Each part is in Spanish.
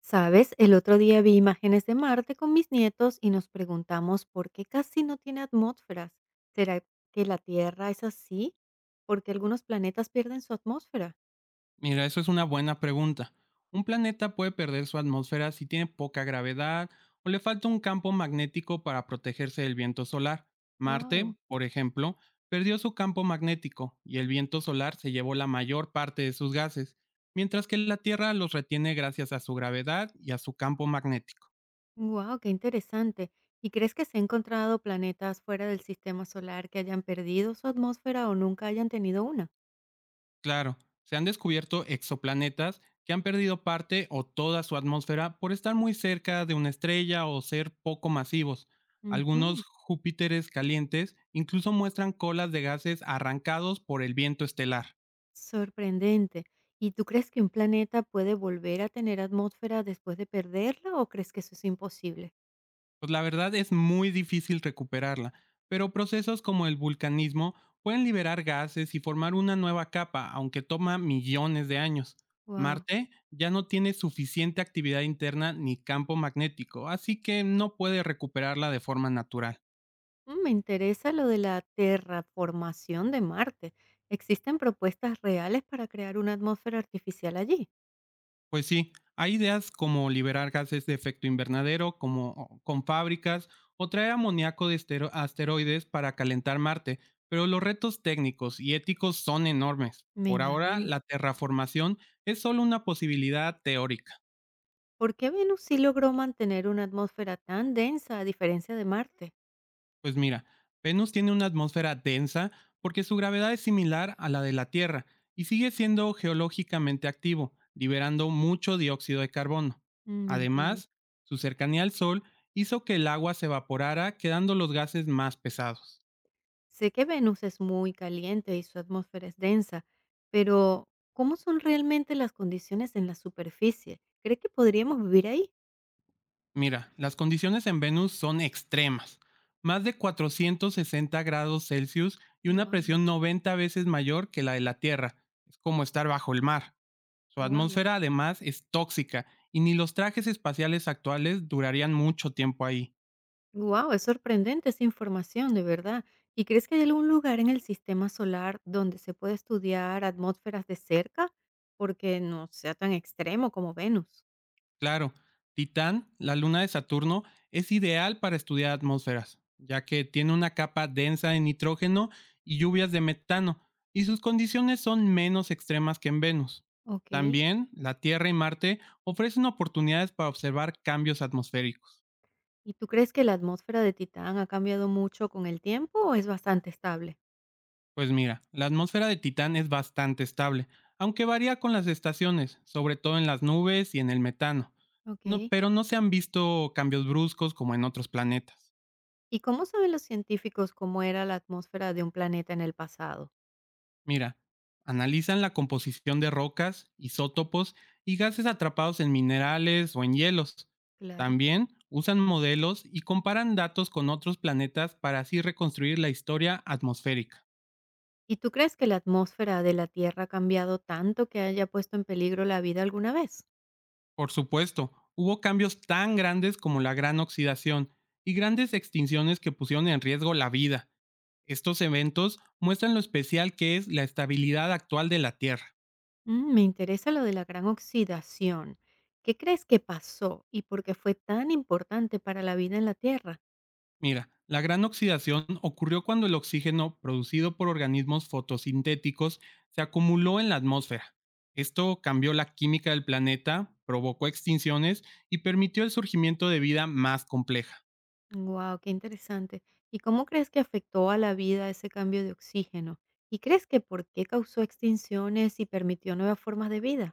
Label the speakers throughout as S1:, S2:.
S1: Sabes, el otro día vi imágenes de Marte con mis nietos y nos preguntamos por qué casi no tiene atmósferas. ¿Será que la Tierra es así? Porque algunos planetas pierden su atmósfera.
S2: Mira, eso es una buena pregunta. Un planeta puede perder su atmósfera si tiene poca gravedad o le falta un campo magnético para protegerse del viento solar.
S1: Wow,
S2: Marte, por ejemplo, perdió su campo magnético y el viento solar se llevó la mayor parte de sus gases, mientras que la Tierra los retiene gracias a su gravedad y a su campo magnético.
S1: wow, qué interesante. ¿Y crees que se han encontrado planetas fuera del sistema solar que hayan perdido su atmósfera o nunca hayan tenido una?
S2: Claro, se han descubierto exoplanetas que han perdido parte o toda su atmósfera por estar muy cerca de una estrella o ser poco masivos. Algunos
S1: Ujú.
S2: Júpiteres calientes incluso muestran colas de gases arrancados por el viento estelar.
S1: Sorprendente. ¿Y tú crees que un planeta puede volver a tener atmósfera después de perderla o crees que eso es imposible?
S2: Pues la verdad es muy difícil recuperarla, pero procesos como el vulcanismo pueden liberar gases y formar una nueva capa, aunque toma millones de años.
S1: Wow.
S2: Marte ya no tiene suficiente actividad interna ni campo magnético, así que no puede recuperarla de forma natural.
S1: Mm, me interesa lo de la terraformación de Marte. ¿Existen propuestas reales para crear una atmósfera artificial allí?
S2: Pues sí, hay ideas como liberar gases de efecto invernadero, con fábricas, o traer amoníaco de asteroides para calentar Marte, pero los retos técnicos y éticos son enormes.
S1: Me
S2: Por ahora,
S1: imagino.
S2: la terraformación es solo una posibilidad teórica.
S1: ¿Por qué Venus sí logró mantener una atmósfera tan densa a diferencia de Marte?
S2: Pues mira, Venus tiene una atmósfera densa porque su gravedad es similar a la de la Tierra y sigue siendo geológicamente activo, liberando mucho dióxido de carbono.
S1: Mm, entiendo.
S2: Además, su cercanía al Sol hizo que el agua se evaporara, quedando los gases más pesados.
S1: Sé que Venus es muy caliente y su atmósfera es densa, pero ¿cómo son realmente las condiciones en la superficie? ¿Cree que podríamos vivir ahí?
S2: Mira, las condiciones en Venus son extremas, más de 460 grados Celsius y una presión 90 veces mayor que la de la Tierra. Es como estar bajo el mar. Su
S1: Wow,
S2: atmósfera además es tóxica y ni los trajes espaciales actuales durarían mucho tiempo ahí.
S1: wow, es sorprendente esa información, de verdad. ¿Y crees que hay algún lugar en el sistema solar donde se pueda estudiar atmósferas de cerca? Porque no sea tan extremo como Venus.
S2: Claro, Titán, la luna de Saturno, es ideal para estudiar atmósferas, ya que tiene una capa densa de nitrógeno y lluvias de metano, y sus condiciones son menos extremas que en Venus.
S1: Ok.
S2: También, la Tierra y Marte ofrecen oportunidades para observar cambios atmosféricos.
S1: ¿Y tú crees que la atmósfera de Titán ha cambiado mucho con el tiempo o es bastante estable?
S2: Pues mira, la atmósfera de Titán es bastante estable, aunque varía con las estaciones, sobre todo en las nubes y en el metano.
S1: Ok.
S2: Pero no se han visto cambios bruscos como en otros planetas.
S1: ¿Y cómo saben los científicos cómo era la atmósfera de un planeta en el pasado?
S2: Mira, analizan la composición de rocas, isótopos y gases atrapados en minerales o en hielos.
S1: Claro.
S2: También usan modelos y comparan datos con otros planetas para así reconstruir la historia atmosférica.
S1: ¿Y tú crees que la atmósfera de la Tierra ha cambiado tanto que haya puesto en peligro la vida alguna vez?
S2: Por supuesto, hubo cambios tan grandes como la gran oxidación y grandes extinciones que pusieron en riesgo la vida. Estos eventos muestran lo especial que es la estabilidad actual de la Tierra.
S1: Mm, me interesa lo de la gran oxidación. ¿Qué crees que pasó y por qué fue tan importante para la vida en la Tierra?
S2: Mira, la gran oxidación ocurrió cuando el oxígeno producido por organismos fotosintéticos se acumuló en la atmósfera. Esto cambió la química del planeta, provocó extinciones y permitió el surgimiento de vida más compleja.
S1: Wow, qué interesante. ¿Y cómo crees que afectó a la vida ese cambio de oxígeno? ¿Y crees que por qué causó extinciones y permitió nuevas formas de vida?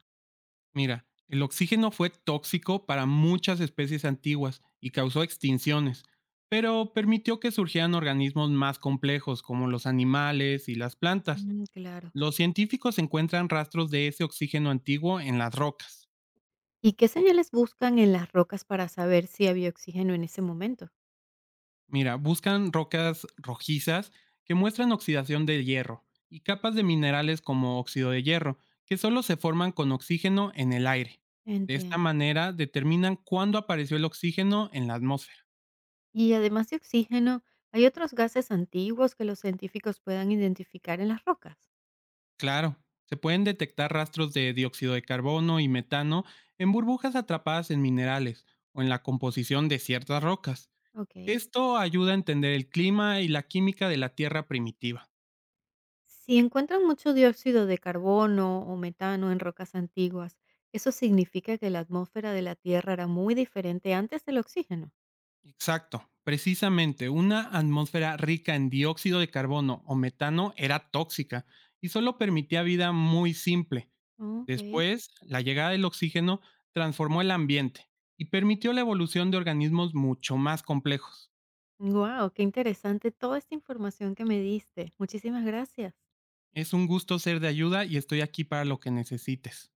S2: Mira, el oxígeno fue tóxico para muchas especies antiguas y causó extinciones, pero permitió que surgieran organismos más complejos como los animales y las plantas.
S1: Mm, claro.
S2: Los científicos encuentran rastros de ese oxígeno antiguo en las rocas.
S1: ¿Y qué señales buscan en las rocas para saber si había oxígeno en ese momento?
S2: Mira, buscan rocas rojizas que muestran oxidación de hierro y capas de minerales como óxido de hierro, que solo se forman con oxígeno en el aire. De esta
S1: Entiendo.
S2: manera determinan cuándo apareció el oxígeno en la atmósfera.
S1: Y además de oxígeno, ¿hay otros gases antiguos que los científicos puedan identificar en las rocas?
S2: Claro, se pueden detectar rastros de dióxido de carbono y metano en burbujas atrapadas en minerales o en la composición de ciertas rocas.
S1: Ok.
S2: Esto ayuda a entender el clima y la química de la Tierra primitiva.
S1: Si encuentran mucho dióxido de carbono o metano en rocas antiguas, eso significa que la atmósfera de la Tierra era muy diferente antes del oxígeno.
S2: Exacto, precisamente una atmósfera rica en dióxido de carbono o metano era tóxica y solo permitía vida muy simple.
S1: Ok.
S2: Después, la llegada del oxígeno transformó el ambiente y permitió la evolución de organismos mucho más complejos.
S1: Wow, qué interesante toda esta información que me diste. Muchísimas gracias.
S2: Es un gusto ser de ayuda y estoy aquí para lo que necesites.